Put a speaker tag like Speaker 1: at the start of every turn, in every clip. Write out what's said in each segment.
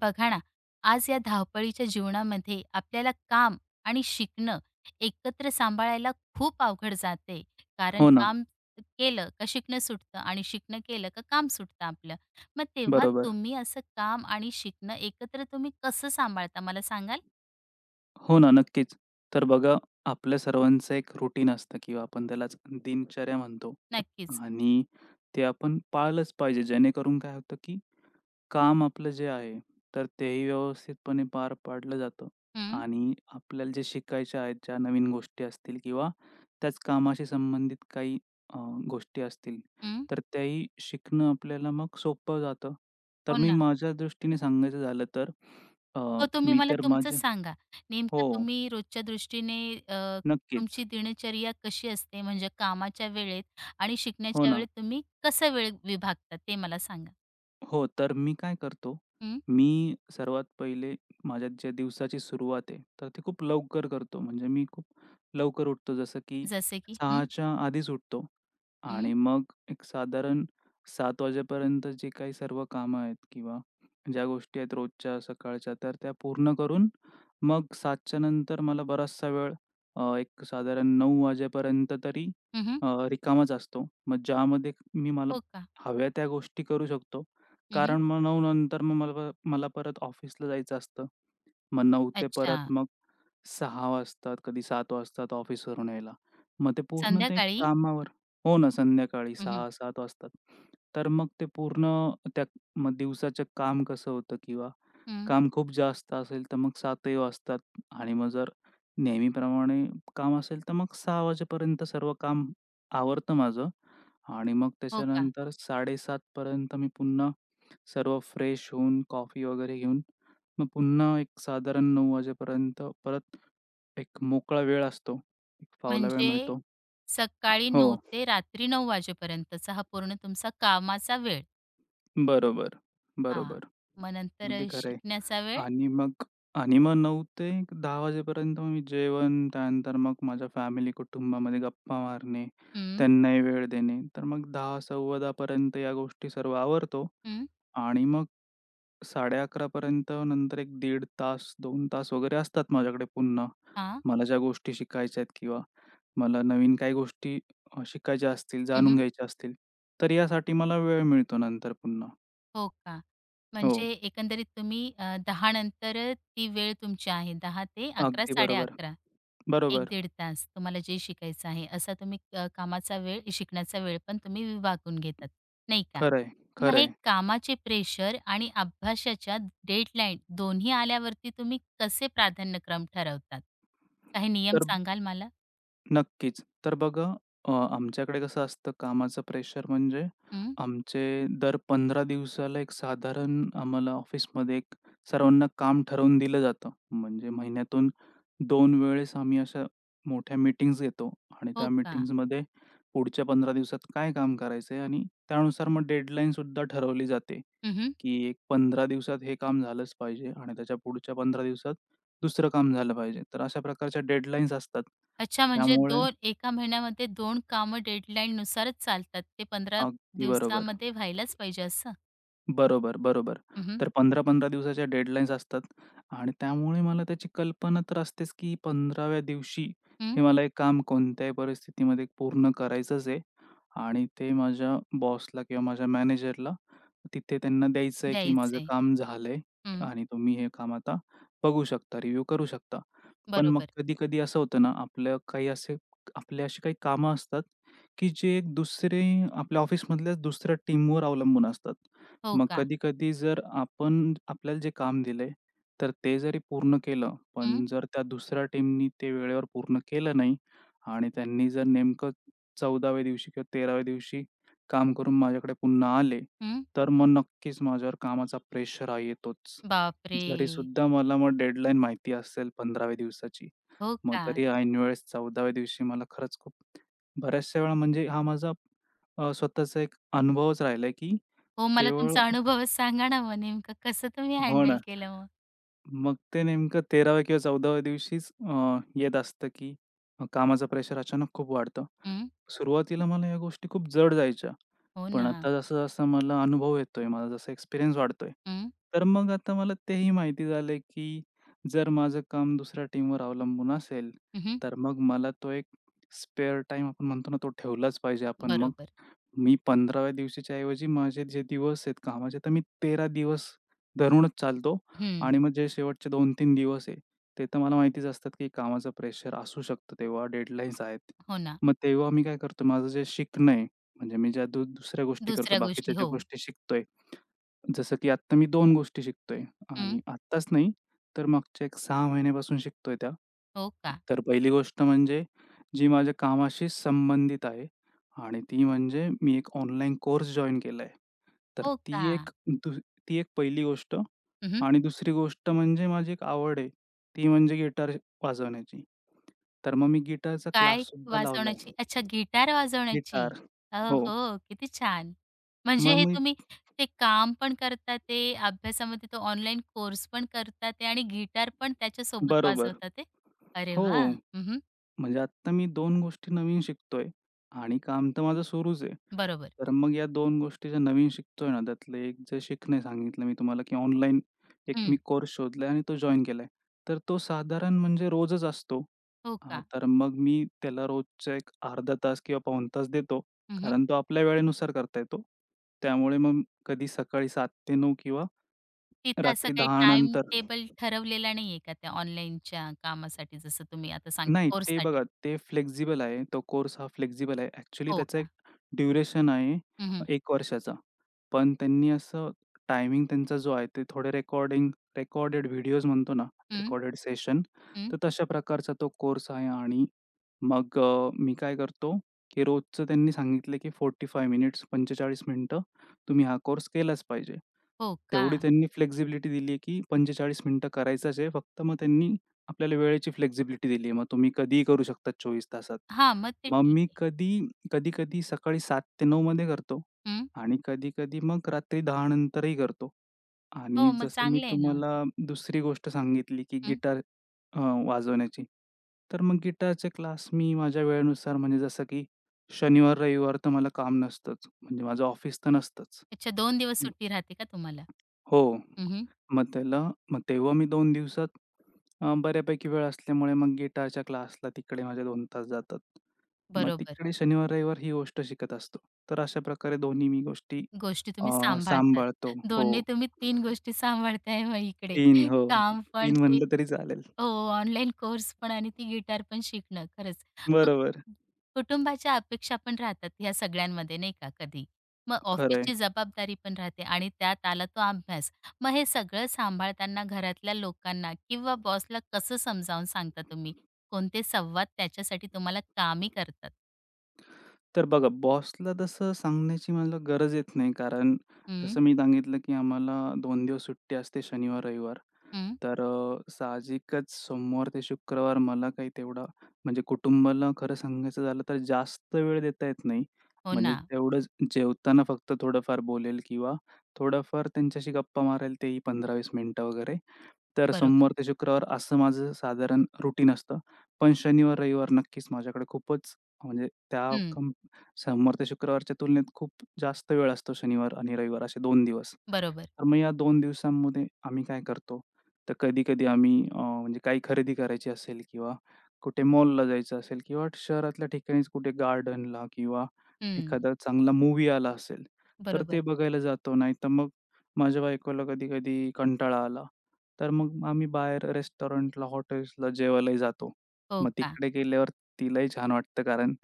Speaker 1: बघा ना, आज या धावपळीच्या जीवनामध्ये आपल्याला काम आणि शिकणं एकत्र सांभाळायला खूप अवघड जाते. कारण
Speaker 2: हो ना,
Speaker 1: काम केलं का शिकणं सुटतं आणि शिकणं केलं का काम सुटतं आपलं. मग तेव्हा
Speaker 2: बरोबर.
Speaker 1: तुम्ही असं काम आणि शिकणं एकत्र तुम्ही कसं सांभाळता मला सांगाल?
Speaker 2: हो ना, नक्कीच. तर बघा, आपल्या सर्वांचं एक रुटीन असतं किंवा आपण त्यालाच दिनचर्या म्हणतो
Speaker 1: नक्कीच.
Speaker 2: आणि ते आपण पाळलंच पाहिजे. जेणेकरून काय होतं, की काम आपलं जे आहे, तर तेही व्यवस्थितपणे पार पाडलं जातं
Speaker 1: हं,
Speaker 2: आणि आपल्याला जे शिकायच्या आहेत, ज्या नवीन गोष्टी असतील किंवा त्याच कामाशी संबंधित काही अ, गोष्टी असतील,
Speaker 1: हं.
Speaker 2: तर त्याही शिकणं आपल्याला मग सोपं जातं. तर
Speaker 1: हो
Speaker 2: मी
Speaker 1: ना.
Speaker 2: माझ्या दृष्टीने सांगायचं झालं तर अ,
Speaker 1: हो, तुम्ही
Speaker 2: मी
Speaker 1: मला
Speaker 2: तर
Speaker 1: तुमचंच
Speaker 2: माझ्या
Speaker 1: सांगा. नेमकं
Speaker 2: हो.
Speaker 1: तुम्ही रोजच्या दृष्टीने अ,
Speaker 2: नक्कीच.
Speaker 1: तुमची दिनचर्या कशी असते? म्हणजे कामाच्या वेळेत आणि
Speaker 2: हो
Speaker 1: शिकण्याच्या
Speaker 2: ना.
Speaker 1: वेळेत तुम्ही कसं वेळ विभागता ते मला सांगा?
Speaker 2: हो, तर मी काय करतो,
Speaker 1: हं,
Speaker 2: मी सर्वात पहिले माझ्या ज्या दिवसाची सुरुवात आहे, तर ती खूप लवकर करतो. म्हणजे मी खूप लवकर उठतो, जसं की
Speaker 1: जसे की? हं,
Speaker 2: 6च्या आधीच उठतो
Speaker 1: हं,
Speaker 2: आणि मग एक साधारण सात वाजेपर्यंत जे काही सर्व कामं आहेत किंवा ज्या गोष्टी आहेत रोजच्या सकाळच्या, तर त्या पूर्ण करून मग 7च्या नंतर मला बराचसा वेळ, एक साधारण 9 वाजेपर्यंत तरी
Speaker 1: हं,
Speaker 2: रिकामाच असतो. मग ज्यामध्ये मी मला
Speaker 1: हो का?
Speaker 2: हव्या त्या गोष्टी करू शकतो.
Speaker 1: हं,
Speaker 2: कारण मग 9 नंतर मग मला मला परत ऑफिसला जायचं असतं. मग 9 ते परत
Speaker 1: अच्छा.
Speaker 2: मग 6 वाजतात, कधी 7 वाजतात ऑफिसवरून यायला. मग ते पूर्ण ते
Speaker 1: संध्याकाळी?
Speaker 2: कामावर हो ना, संध्याकाळी
Speaker 1: हं, हं.
Speaker 2: 6-7 वाजतात. तर मग ते पूर्ण त्या मग दिवसाचं काम कसं होतं किंवा काम खूप जास्त असेल तर मग 7ही वाजतात आणि मग जर नेहमीप्रमाणे काम असेल तर मग 6 वाजेपर्यंत सर्व काम आवरतं माझं आणि मग
Speaker 1: हो का?
Speaker 2: त्याच्यानंतर 7:30 पर्यंत मी पुन्हा सर्व फ्रेश होऊन कॉफी वगैरे घेऊन, मग पुन्हा एक साधारण 9:00 वाजेपर्यंत परत एक मोकळा वेळ असतो. एक फावला वेळ
Speaker 1: म्हणजे
Speaker 2: मिळतो.
Speaker 1: सकाळी
Speaker 2: हो,
Speaker 1: 9 ते रात्री 9 वाजेपर्यंतचा हा पूर्ण तुमचा कामाचा वेळ.
Speaker 2: बरोबर,
Speaker 1: हां.
Speaker 2: बरोबर.
Speaker 1: मग नंतर
Speaker 2: अगदी खरं आहे.
Speaker 1: शिकण्याचा वेळ?
Speaker 2: आणि मग आणि मग 9 ते 10 वाजेपर्यंत मग मी जेवण, त्यानंतर मग माझ्या फॅमिली, कुटुंबामध्ये गप्पा मारणे,
Speaker 1: हं,
Speaker 2: त्यांनाही वेळ देणे. तर मग 10, 10:15 पर्यंत या गोष्टी सर्व आवरतो
Speaker 1: हं.
Speaker 2: आणि मग 11:30 पर्यंत नंतर एक दीड तास, 2 तास वगैरे असतात माझ्याकडे पुन्हा.
Speaker 1: हां.
Speaker 2: मला ज्या गोष्टी शिकायच्या आहेत किंवा मला नवीन काही गोष्टी शिकायच्या असतील, जाणून घ्यायच्या असतील, तर यासाठी मला वेळ मिळतो नंतर पुन्हा.
Speaker 1: हो का?
Speaker 2: हो,
Speaker 1: म्हणजे एकंदरीत तुम्ही 10 नंतर ती वेळ तुमची आहे. 10 ते 11
Speaker 2: अगदी बरोबर.
Speaker 1: 11:30, 1
Speaker 2: बरोबर.
Speaker 1: दीड तास तुम्हाला जे शिकायचं आहे, असा तुम्ही कामाचा वेळ, शिकण्याचा वेळ पण तुम्ही विभागून घेतात, नाही का?
Speaker 2: खरं आहे,
Speaker 1: मग हे कामाचे प्रेशर आणि अभ्यासाच्या डेडलाईन दोन्ही आल्यावरती तुम्ही कसे प्राधान्यक्रम ठरवतात? काही नियम
Speaker 2: तर
Speaker 1: सांगाल मला?
Speaker 2: नक्कीच. तर बघा आमच्याकडे कसं असतं कामाचं प्रेशर म्हणजे
Speaker 1: हं.
Speaker 2: आमचे दर 15 दिवसाला एक साधारण आम्हाला ऑफिसमध्ये एक सर्वांना काम ठरवून दिलं जातं. म्हणजे महिन्यातून 2 वेळेस आम्ही अशा मोठ्या मीटिंग्स घेतो आणि
Speaker 1: हो
Speaker 2: त्या
Speaker 1: का?
Speaker 2: मीटिंग्जमध्ये पुढच्या 15 दिवसात काय काम करायचं आहे आणि त्यानुसार मग डेडलाईनसुद्धा ठरवली जाते, की एक 15 दिवसात हे काम झालंच पाहिजे आणि त्याच्या पुढच्या 15 दिवसात दुसरं काम झालं पाहिजे. तर अशा प्रकारच्या डेडलाईन्स असतात.
Speaker 1: अच्छा, म्हणजे
Speaker 2: त्यामुळे
Speaker 1: 2, एका महिन्यामध्ये 2 कामं डेडलाईननुसारच चालतात. ते 15
Speaker 2: अगदी बरोबर.
Speaker 1: दिवसामध्ये व्हायलाच पाहिजे असं?
Speaker 2: बरोबर, बरोबर.
Speaker 1: हं, हं.
Speaker 2: तर 15-15 दिवसाच्या डेडलाईन्स असतात आणि त्यामुळे मला त्याची कल्पना तर असतेच, की 15व्या दिवशी
Speaker 1: हं.
Speaker 2: हे मला एक काम कोणत्याही परिस्थितीमध्ये पूर्ण करायचंच आहे आणि ते माझ्या बॉसला किंवा माझ्या मॅनेजरला तिथे त्यांना द्यायचं आहे, की माझं
Speaker 1: द्यायचंय.
Speaker 2: काम झालंय
Speaker 1: हं.
Speaker 2: आणि तुम्ही हे काम आता बघू शकता, रिव्ह्यू करू शकता. पण मग
Speaker 1: बरोबर.
Speaker 2: कधी-कधी असं होतं ना, आपलं काही असे आपले अशी काही कामं असतात, की जे एक दुसरे आपल्या ऑफिसमधल्याच दुसऱ्या टीमवर अवलंबून असतात.
Speaker 1: हो
Speaker 2: मग
Speaker 1: का?
Speaker 2: कधी-कधी जर आपण आपल्याला जे काम दिलंय, तर ते जरी पूर्ण केलं,
Speaker 1: हं,
Speaker 2: पण जर त्या दुसऱ्या टीमनी ते वेळेवर पूर्ण केलं नाही आणि त्यांनी जर नेमकं 14व्या दिवशी किंवा 13व्या दिवशी काम करून माझ्याकडे पुन्हा आले,
Speaker 1: हं.
Speaker 2: तर मग नक्कीच माझ्यावर कामाचा प्रेशर हा येतोच.
Speaker 1: बापरे!
Speaker 2: जरीसुद्धा मला मग डेडलाईन माहिती असेल 15व्या दिवसाची,
Speaker 1: हो
Speaker 2: मग
Speaker 1: का?
Speaker 2: तरी ऐनवेळेस 14व्या दिवशी मला खरंच खूप बऱ्याचशा वेळा म्हणजे हा माझा स्वतःचा एक अनुभवच राहिलाय, की
Speaker 1: हो, मला
Speaker 2: केवळ
Speaker 1: तुमचा अनुभवच सांगा ना, मग नेमकं कसं तुम्ही
Speaker 2: हो
Speaker 1: हँडल
Speaker 2: ना.
Speaker 1: केलं मग?
Speaker 2: मग ते नेमकं 13व्या किंवा 14व्या दिवशीच येत असतं, की कामाचं प्रेशर अचानक खूप वाढतं.
Speaker 1: हं.
Speaker 2: सुरुवातीला मला या गोष्टी खूप जड जायच्या.
Speaker 1: हो
Speaker 2: पण
Speaker 1: ना.
Speaker 2: आता जसं-जसं मला अनुभव येतोय, माझा जसा एक्सपिरियन्स वाढतोय,
Speaker 1: हं.
Speaker 2: तर मग आता मला तेही माहिती झालंय, की जर माझं काम दुसऱ्या टीमवर अवलंबून असेल,
Speaker 1: हं,
Speaker 2: तर मग मला तो एक स्पेअर टाईम आपण म्हणतो ना, तो ठेवलाच पाहिजे आपण. मग
Speaker 1: बरोबर.
Speaker 2: मी 15व्या दिवशीच्या ऐवजी माझे जे दिवस आहेत कामाचे, तर मी 13 दिवस धरूनच चालतो.
Speaker 1: हं.
Speaker 2: आणि मग जे शेवटचे 2-3 दिवस आहे, ते तर मला माहितीच असतात, की कामाचं प्रेशर असू शकतं तेव्हा डेडलाईन्स आहेत.
Speaker 1: हो ना.
Speaker 2: मग तेव्हा मी काय करतो माझं जे शिकणं आहे, म्हणजे मी ज्या दुसऱ्या गोष्टी करतो,
Speaker 1: दुसऱ्या गोष्टी.
Speaker 2: बाकीच्या
Speaker 1: हो.
Speaker 2: ज्या गोष्टी शिकतोय, जसं की आत्ता मी 2 गोष्टी शिकतोय
Speaker 1: हं.
Speaker 2: आणि आत्ताच नाही, तर मागच्या एक 6 महिन्यापासून शिकतोय त्या.
Speaker 1: हो का?
Speaker 2: तर पहिली गोष्ट म्हणजे जी माझ्या कामाशी संबंधित आहे आणि ती म्हणजे मी एक ऑनलाईन कोर्स जॉइन केलाय. तर
Speaker 1: हो का?
Speaker 2: ती एक दु ती एक पहिली गोष्ट. आणि दुसरी गोष्ट म्हणजे माझी एक आवड आहे, ती म्हणजे गिटार वाजवण्याची. तर मग मी गिटारचा
Speaker 1: काय
Speaker 2: क्लाससुद्धा लावलाय.
Speaker 1: वाजवण्याची? अच्छा, गिटार वाजवण्याची.
Speaker 2: गिटार हो.
Speaker 1: हो, किती छान. म्हणजे
Speaker 2: मग
Speaker 1: हे
Speaker 2: मी
Speaker 1: तुम्ही ते काम पण करता ते, अभ्यासामध्ये तो ऑनलाईन कोर्स पण करता ते आणि गिटार पण त्याच्यासोबत
Speaker 2: बरोबर.
Speaker 1: वाजवता ते. अरे वा,
Speaker 2: हो.
Speaker 1: हं,
Speaker 2: म्हणजे आत्ता मी दोन गोष्टी नवीन शिकतोय आणि काम तर माझं सुरूच आहे.
Speaker 1: बरोबर.
Speaker 2: तर मग या दोन गोष्टी ज्या नवीन शिकतोय ना, त्यातलं एक जे शिकणे सांगितलं मी तुम्हाला, की ऑनलाईन एक मी
Speaker 1: हं.
Speaker 2: कोर्स शोधलाय आणि तो जॉइन केलाय. तर तो साधारण म्हणजे रोजच असतो.
Speaker 1: हो का?
Speaker 2: तर मग मी त्याला रोजचा एक अर्धा तास किंवा पाऊण तास देतो.
Speaker 1: हं, हं.
Speaker 2: कारण तो आपल्या वेळेनुसार करता येतो. त्यामुळे मग कधी सकाळी 7 ते 9 किंवा
Speaker 1: तिथं असं
Speaker 2: रात्री
Speaker 1: काही
Speaker 2: 10
Speaker 1: टाईम
Speaker 2: नंतर
Speaker 1: टेबल ठरवलेला नाहीये का त्या ऑनलाईनच्या कामासाठी, जसं तुम्ही आता सांगता
Speaker 2: नाही, ते
Speaker 1: कोर्ससाठी?
Speaker 2: बघा, ते फ्लेक्सिबल आहे. तो कोर्स हा फ्लेक्सिबल आहे. ॲक्चुअली
Speaker 1: हो
Speaker 2: त्याचा एक
Speaker 1: का?
Speaker 2: ड्युरेशन आहे
Speaker 1: हं, हं.
Speaker 2: एक वर्षाचा. पण त्यांनी असं टायमिंग त्यांचा जो आहे, ते थोडे रेकॉर्डेड व्हिडिओज म्हणतो ना,
Speaker 1: हं,
Speaker 2: रेकॉर्डेड सेशन, तर तशा प्रकारचा तो कोर्स आहे आणि मग मी काय करतो, की रोजचं त्यांनी सांगितलं, की 45 मिनिटं तुम्ही हा कोर्स केलाच पाहिजे.
Speaker 1: हो का?
Speaker 2: तेवढी त्यांनी फ्लेक्सिबिलिटी दिली आहे, की 45 मिनिटं करायचाच आहे. फक्त मग त्यांनी आपल्याला वेळेची फ्लेक्सिबिलिटी दिली आहे. मग तुम्ही कधीही करू शकता 24 तासात.
Speaker 1: हां, मग ते
Speaker 2: मग
Speaker 1: ठीक
Speaker 2: मी
Speaker 1: आहे.
Speaker 2: कधी, कधी-कधी सकाळी 7:00 ते 9:00 मध्ये करतो
Speaker 1: हं.
Speaker 2: आणि कधी-कधी मग रात्री 10:00 नंतरही करतो.
Speaker 1: हो,
Speaker 2: आणि
Speaker 1: मग
Speaker 2: जसं मी
Speaker 1: चांगलं आहे ना.
Speaker 2: तुम्हाला दुसरी गोष्ट सांगितली, की
Speaker 1: हं.
Speaker 2: गिटार अ, वाजवण्याची. तर मग गिटारचे क्लास मी माझ्या वेळेनुसार म्हणजे जसं की शनिवार, रविवार तर मला काम नसतंच. म्हणजे माझं ऑफिस तर नसतंच.
Speaker 1: अच्छा, दोन दिवस सुट्टी राहते का तुम्हाला?
Speaker 2: हो.
Speaker 1: हं,
Speaker 2: मग त्याला मग तेव्हा मी 2 दिवसात बऱ्यापैकी वेळ असल्यामुळे मग गिटारच्या क्लासला तिकडे माझे 2 तास जातात. मग
Speaker 1: बरोबर.
Speaker 2: तिकडे शनिवार, रविवार ही गोष्ट शिकत असतो. तर अशा प्रकारे दोन्ही मी गोष्टी
Speaker 1: गोष्टी तुम्ही सांभाळतात.
Speaker 2: सांभाळतो.
Speaker 1: दोन्ही
Speaker 2: हो.
Speaker 1: तुम्ही तीन गोष्टी सांभाळताय मग इकडे.
Speaker 2: तीन हो.
Speaker 1: काम पण
Speaker 2: तीन
Speaker 1: ते,
Speaker 2: म्हणलं तरी चालेल.
Speaker 1: हो, ऑनलाईन कोर्स पण आणि ती गिटार पण शिकणं. खरंच. मग
Speaker 2: बरोबर.
Speaker 1: कुटुंबाच्या अपेक्षा पण राहतात ह्या सगळ्यांमध्ये नाही का कधी. मग
Speaker 2: खरं
Speaker 1: ऑफिसची जबाबदारी पण राहते आणि त्यात आला तो अभ्यास. मग हे सगळं सांभाळताना घरातल्या लोकांना किंवा बॉसला कसं समजावून सांगता तुम्ही? कोणते संवाद त्याच्यासाठी तुम्हाला कामी करतात?
Speaker 2: तर बघा, बॉसला तसं सांगण्याची मला गरज येत नाही, कारण जसं मी सांगितलं, की आम्हाला 2 दिवस सुट्टी असते शनिवार-रविवार.
Speaker 1: हं,
Speaker 2: तर साहजिकच सोमवार ते शुक्रवार मला काही तेवढा म्हणजे कुटुंबाला खरं सांगायचं झालं तर जास्त वेळ देता येत नाही.
Speaker 1: हो ना.
Speaker 2: म्हणजे तेवढंच जेवताना फक्त थोडंफार बोलेल किंवा थोडंफार त्यांच्याशी गप्पा मारेल तेही 15-20 मिनिटं वगैरे. तर
Speaker 1: बरोबर.
Speaker 2: सोमवार ते शुक्रवार असं माझं साधारण रुटीन असतं. पण शनिवार-रविवार नक्कीच माझ्याकडे खूपच म्हणजे त्या
Speaker 1: हं,
Speaker 2: सोमवार ते शुक्रवारच्या तुलनेत खूप जास्त वेळ असतो शनिवार आणि रविवार असे 2 दिवस.
Speaker 1: बरोबर.
Speaker 2: तर मग या 2 दिवसांमध्ये आम्ही काय करतो, तर कधी-कधी आम्ही म्हणजे काही खरेदी करायची असेल किंवा कुठे मॉलला जायचं असेल किंवा शहरातल्या ठिकाणीच कुठे गार्डनला किंवा
Speaker 1: हं,
Speaker 2: एखादा चांगला मूव्ही आला असेल, तर
Speaker 1: बरोबर.
Speaker 2: ते बघायला जातो. नाहीतर मग माझ्या बायकोला कधी-कधी कंटाळा आला, तर मग आम्ही बाहेर रेस्टॉरंटला, हॉटेल्सला जेवायलाही जातो.
Speaker 1: हो
Speaker 2: मग
Speaker 1: का?
Speaker 2: तिकडे गेल्यावर तिलाही छान वाटतं कारण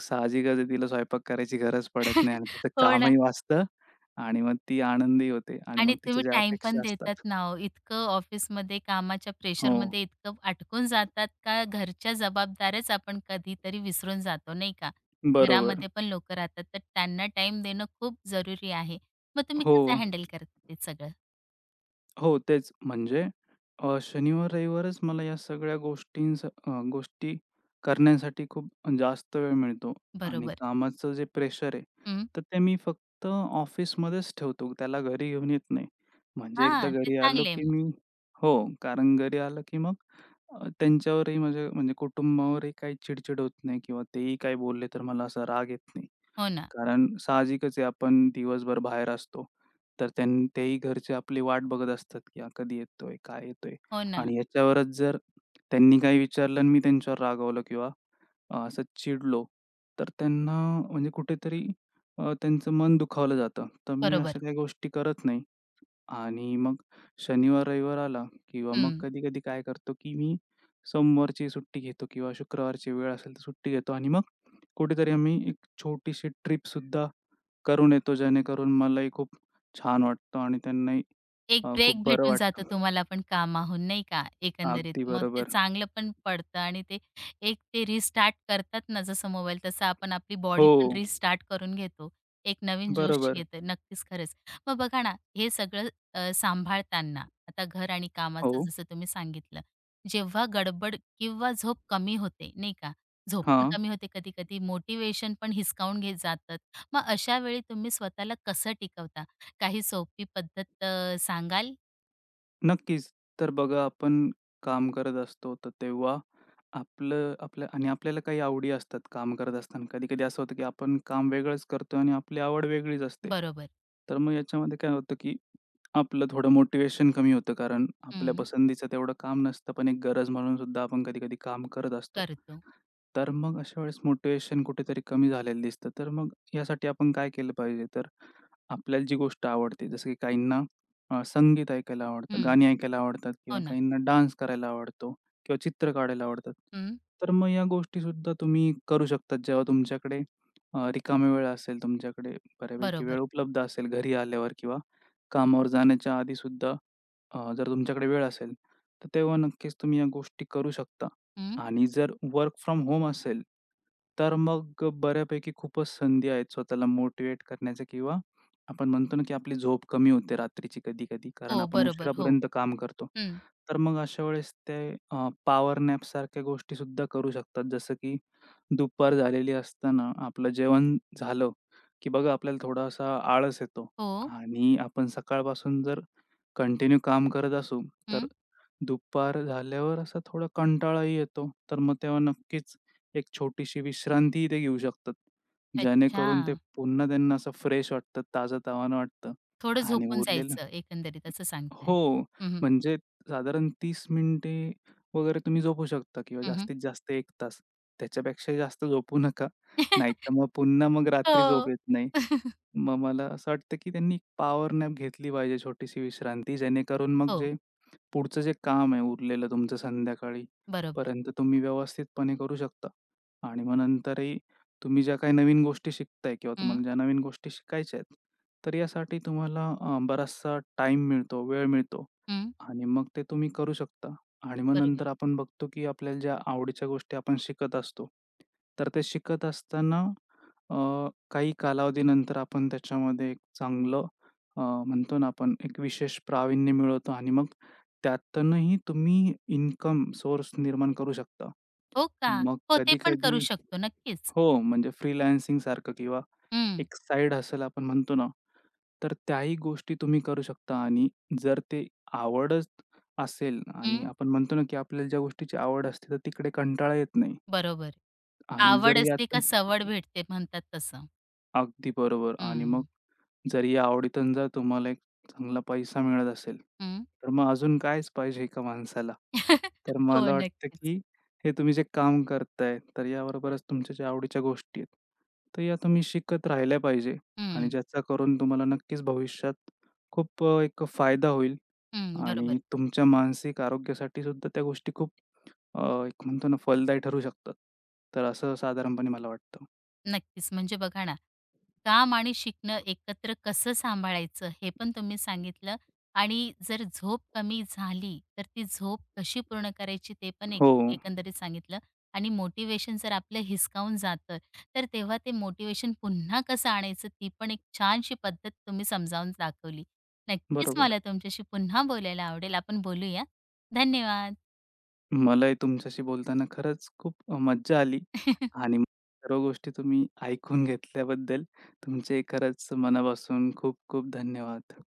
Speaker 2: साहजिकच आहे तिला स्वयंपाक करायची गरज पडत नाही आणि तिचं
Speaker 1: हो ना.
Speaker 2: कामही वाचतं आणि मग ती आनंदी होते आणि
Speaker 1: आणि
Speaker 2: मग
Speaker 1: तुम्ही
Speaker 2: तिच्या ज्या
Speaker 1: टाइम पण
Speaker 2: अपेक्षा
Speaker 1: देतात
Speaker 2: असतात.
Speaker 1: ना हो. इतकं ऑफिसमध्ये कामाच्या
Speaker 2: हो,
Speaker 1: प्रेशरमध्ये इतकं अटकून जातात का, घरच्या जबाबदाऱ्याच आपण कधीतरी विसरून जातो, नाही का?
Speaker 2: बरोबर.
Speaker 1: घरामध्ये पण लोकं राहतात, तर त्यांना टाइम देणं खूप जरुरी आहे. मग तुम्ही
Speaker 2: हो.
Speaker 1: कसं हँडल करता ते सगळं?
Speaker 2: हो, तेच. म्हणजे शनिवार-रविवारच मला या सगळ्या गोष्टींचा गोष्टी करण्यासाठी खूप जास्त वेळ मिळतो आणि
Speaker 1: बरोबर.
Speaker 2: कामाचं जे प्रेशर आहे,
Speaker 1: हं.
Speaker 2: तर ते मी फक्त ऑफिसमध्येच ठेवतो. त्याला घरी घेऊन येत नाही. म्हणजे एकदा
Speaker 1: हां, ते
Speaker 2: घरी आलो
Speaker 1: चांगलं
Speaker 2: की
Speaker 1: मग.
Speaker 2: मी हो, कारण घरी आलं की मग त्यांच्यावरही म्हणजे म्हणजे कुटुंबावरही काही चिडचिड होत नाही किंवा तेही काही बोलले तर मला असा राग येत नाही.
Speaker 1: हो ना,
Speaker 2: कारण साहजिकच आहे आपण दिवसभर बाहेर असतो. तर तेही घरचे आपली वाट बघत असतात, की हा कधी येतोय? काय येतोय?
Speaker 1: हो ना.
Speaker 2: आणि याच्यावरच जर त्यांनी काही विचारलं आणि मी त्यांच्यावर रागावलं किंवा असं चिडलो, तर त्यांना म्हणजे कुठेतरी त्यांचं मन दुखावलं जातं. तर मी
Speaker 1: बरोबर.
Speaker 2: अशा काही गोष्टी करत नाही आणि मग शनिवार, रविवार आला किंवा मग
Speaker 1: हं.
Speaker 2: कधी-कधी काय करतो, की मी सोमवारची सुट्टी घेतो किंवा शुक्रवारची वेळ असेल तर सुट्टी घेतो आणि मग कुठेतरी आम्ही एक छोटीशी ट्रिपसुद्धा करून येतो, जेणेकरून मलाही खूप छान वाटतं आणि त्यांनाही
Speaker 1: एक
Speaker 2: खूप
Speaker 1: ब्रेक
Speaker 2: बरं
Speaker 1: भेटून
Speaker 2: वाटतं.
Speaker 1: जातो तुम्हाला पण कामाहून, नाही का, एकंदरीत.
Speaker 2: अगदी
Speaker 1: मग ते
Speaker 2: बरोबर.
Speaker 1: चांगलं पण पडतं आणि ते एक ते रिस्टार्ट करतात ना, जसं मोबाईल तसं आपण आपली
Speaker 2: हो,
Speaker 1: बॉडी पण रिस्टार्ट करून घेतो. एक नवीन जोश
Speaker 2: बरोबर.
Speaker 1: येतं. नक्कीच, खरंच. मग बघा ना, हे सगळं सांभाळताना आता घर आणि कामाचं
Speaker 2: हो.
Speaker 1: जसं तुम्ही सांगितलं, जेव्हा गडबड किंवा झोप कमी होते, नाही का, झोप पण
Speaker 2: हां.
Speaker 1: कमी होते कधी-कधी, मोटिव्हेशन पण हिसकावून घेत जातात. मग अशा वेळी तुम्ही स्वतःला कसं टिकवता? काही सोपी पद्धत सांगाल?
Speaker 2: नक्कीच. तर बघा आपण काम करत असतो, तर तेव्हा आपलं आपलं आणि आपल्याला काही आवडी असतात काम करत असताना. कधी-कधी असं होतं, की आपण काम वेगळंच करतोय आणि आपली आवड वेगळीच असते.
Speaker 1: बरोबर.
Speaker 2: तर मग याच्यामध्ये काय होतं, की आपलं थोडं मोटिवेशन कमी होतं, कारण आपल्या
Speaker 1: हं.
Speaker 2: पसंतीचं तेवढं काम नसतं, पण एक गरज म्हणून सुद्धा आपण कधी-कधी काम करत असतो.
Speaker 1: करतो.
Speaker 2: तर मग अशा वेळेस मोटिवेशन कुठेतरी कमी झालेलं दिसतं. तर मग यासाठी आपण काय केलं पाहिजे? तर आपल्याला जी गोष्ट आवडते, जसं की काहींना संगीत ऐकायला आवडतं,
Speaker 1: हं.
Speaker 2: गाणी ऐकायला आवडतात
Speaker 1: हो
Speaker 2: किंवा
Speaker 1: ना.
Speaker 2: काहींना डान्स करायला आवडतो किंवा चित्र काढायला आवडतात.
Speaker 1: हं.
Speaker 2: तर मग या गोष्टी सुद्धा तुम्ही करू शकतात जेव्हा तुमच्याकडे रिकामा वेळ असेल, तुमच्याकडे बऱ्यापैकी
Speaker 1: बरोबर.
Speaker 2: वेळ उपलब्ध असेल घरी आल्यावर किंवा कामावर जाण्याच्या आधीसुद्धा जर तुमच्याकडे वेळ असेल, तर तेव्हा नक्कीच तुम्ही या गोष्टी करू शकता.
Speaker 1: हं.
Speaker 2: आणि जर वर्क फ्रॉम होम असेल, तर मग बऱ्यापैकी खूपच संधी आहेत स्वतःला मोटिव्हेट करण्याच्या किंवा आपण म्हणतो ना, की आपली झोप कमी होते रात्रीची कधी-कधी कारण
Speaker 1: हो,
Speaker 2: आपण
Speaker 1: बरोबर. हो.
Speaker 2: उशिरापर्यंत काम करतो.
Speaker 1: हं.
Speaker 2: तर मग अशा वेळेस ते पॉवर नॅप सारख्या गोष्टीसुद्धा करू शकतात. जसं की दुपार झालेली असताना आपलं जेवण झालं, की बघा आपल्याला थोडासा आळस येतो
Speaker 1: हो.
Speaker 2: आणि आपण सकाळपासून जर कंटिन्यू काम करत असू, तर
Speaker 1: हं.
Speaker 2: दुपार झाल्यावर असा थोडा कंटाळाही येतो. तर मग तेव्हा नक्कीच एक छोटीशी विश्रांतीही ते घेऊ शकतात.
Speaker 1: अच्छा.
Speaker 2: जेणेकरून ते पुन्हा त्यांना असं फ्रेश वाटतं, ताजंतवानं वाटतं
Speaker 1: थोडं
Speaker 2: आणि
Speaker 1: झोपून
Speaker 2: उरलेलं
Speaker 1: जायचं एकंदरीत असं सांगताय.
Speaker 2: हो,
Speaker 1: हं, हं.
Speaker 2: म्हणजे साधारण 30 मिनिटे वगैरे तुम्ही झोपू शकता किंवा
Speaker 1: हं, हं.
Speaker 2: जास्तीत जास्त 1 तास. त्याच्यापेक्षा जास्त झोपू नका. नाहीतर मग पुन्हा मग रात्री झोप
Speaker 1: हो.
Speaker 2: येत नाही. मग मला असं वाटतं, की त्यांनी पॉवर नॅप घेतली पाहिजे, छोटीशी विश्रांती, जेणेकरून मग
Speaker 1: हो.
Speaker 2: जे पुढचं जे काम आहे उरलेलं तुमचं संध्याकाळी
Speaker 1: बरोबर.
Speaker 2: पर्यंत तुम्ही व्यवस्थितपणे करू शकता. आणि मग नंतरही तुम्ही ज्या काही नवीन गोष्टी शिकताय किंवा
Speaker 1: हं.
Speaker 2: तुम्हाला ज्या नवीन गोष्टी शिकायच्या आहेत, तर यासाठी तुम्हाला बराचसा टाईम मिळतो, वेळ मिळतो
Speaker 1: हं.
Speaker 2: आणि मग ते तुम्ही करू शकता. आणि मग
Speaker 1: बरोबर.
Speaker 2: नंतर आपण बघतो, की आपल्याला ज्या आवडीच्या गोष्टी आपण शिकत असतो, तर ते शिकत असताना काही कालावधीनंतर आपण त्याच्यामध्ये एक चांगलं म्हणतो ना आपण एक विशेष प्रावीण्य मिळवतो आणि मग त्यातूनही तुम्ही इन्कम सोर्स निर्माण करू शकता.
Speaker 1: हो का?
Speaker 2: मग
Speaker 1: हो, ते पण करू
Speaker 2: कधी-कधी
Speaker 1: शकतो नक्कीच.
Speaker 2: हो, म्हणजे फ्रीलान्सिंगसारखं किंवा
Speaker 1: हं.
Speaker 2: एक साइड हसल आपण म्हणतो ना, तर त्याही गोष्टी तुम्ही करू शकता आणि जर ते आवडच असेल
Speaker 1: हं.
Speaker 2: आणि आपण म्हणतो ना, की आपल्याला ज्या गोष्टीची आवड असते, तर तिकडे कंटाळा येत नाही
Speaker 1: बरोबर.
Speaker 2: आणि जर
Speaker 1: आवड असली का
Speaker 2: यातून
Speaker 1: सवड भेटते म्हणतात तसं.
Speaker 2: अगदी बरोबर आणि मग
Speaker 1: हं.
Speaker 2: जर या आवडीतून जर तुम्हाला एक चांगला पैसा मिळत असेल,
Speaker 1: हं.
Speaker 2: तर मग अजून कायच पाहिजे एका माणसाला. तर
Speaker 1: हो,
Speaker 2: मला वाटतं,
Speaker 1: नक्कीच.
Speaker 2: की हे तुम्ही जे काम करताय, तर याबरोबरच तुमच्या ज्या आवडीच्या गोष्टी आहेत, तर या तुम्ही शिकत राहिल्या पाहिजे आणि
Speaker 1: हं,
Speaker 2: ज्याचा करून तुम्हाला नक्कीच भविष्यात खूप एक फायदा होईल
Speaker 1: हं, बरोबर.
Speaker 2: आणि तुमच्या मानसिक आरोग्यासाठी सुद्धा त्या गोष्टी खूप एक म्हणतो ना फलदायी ठरू शकतात. तर असं साधारणपणे मला वाटतं.
Speaker 1: नक्कीच. म्हणजे बघा ना, काम आणि शिकणं एकत्र कसं सांभाळायचं हे पण तुम्ही सांगितलं आणि जर झोप कमी झाली, तर ती झोप कशी पूर्ण करायची ते पण एक
Speaker 2: हो,
Speaker 1: एकंदरीत सांगितलं आणि मोटिव्हेशन जर आपलं हिसकावून जातं, तर तेव्हा ते मोटिव्हेशन पुन्हा कसं आणायचं ती पण एक छानशी पद्धत तुम्ही समजावून दाखवली. नक्कीच
Speaker 2: बरोबर.
Speaker 1: मला तुमच्याशी पुन्हा बोलायला आवडेल. आपण बोलूया. धन्यवाद.
Speaker 2: मलाही तुमच्याशी बोलताना खरंच खूप मज्जा आली आणि सर्व गोष्टी तुम्ही ऐकून घेतल्याबद्दल तुमचे खरंच मनापासून खूप खूप धन्यवाद.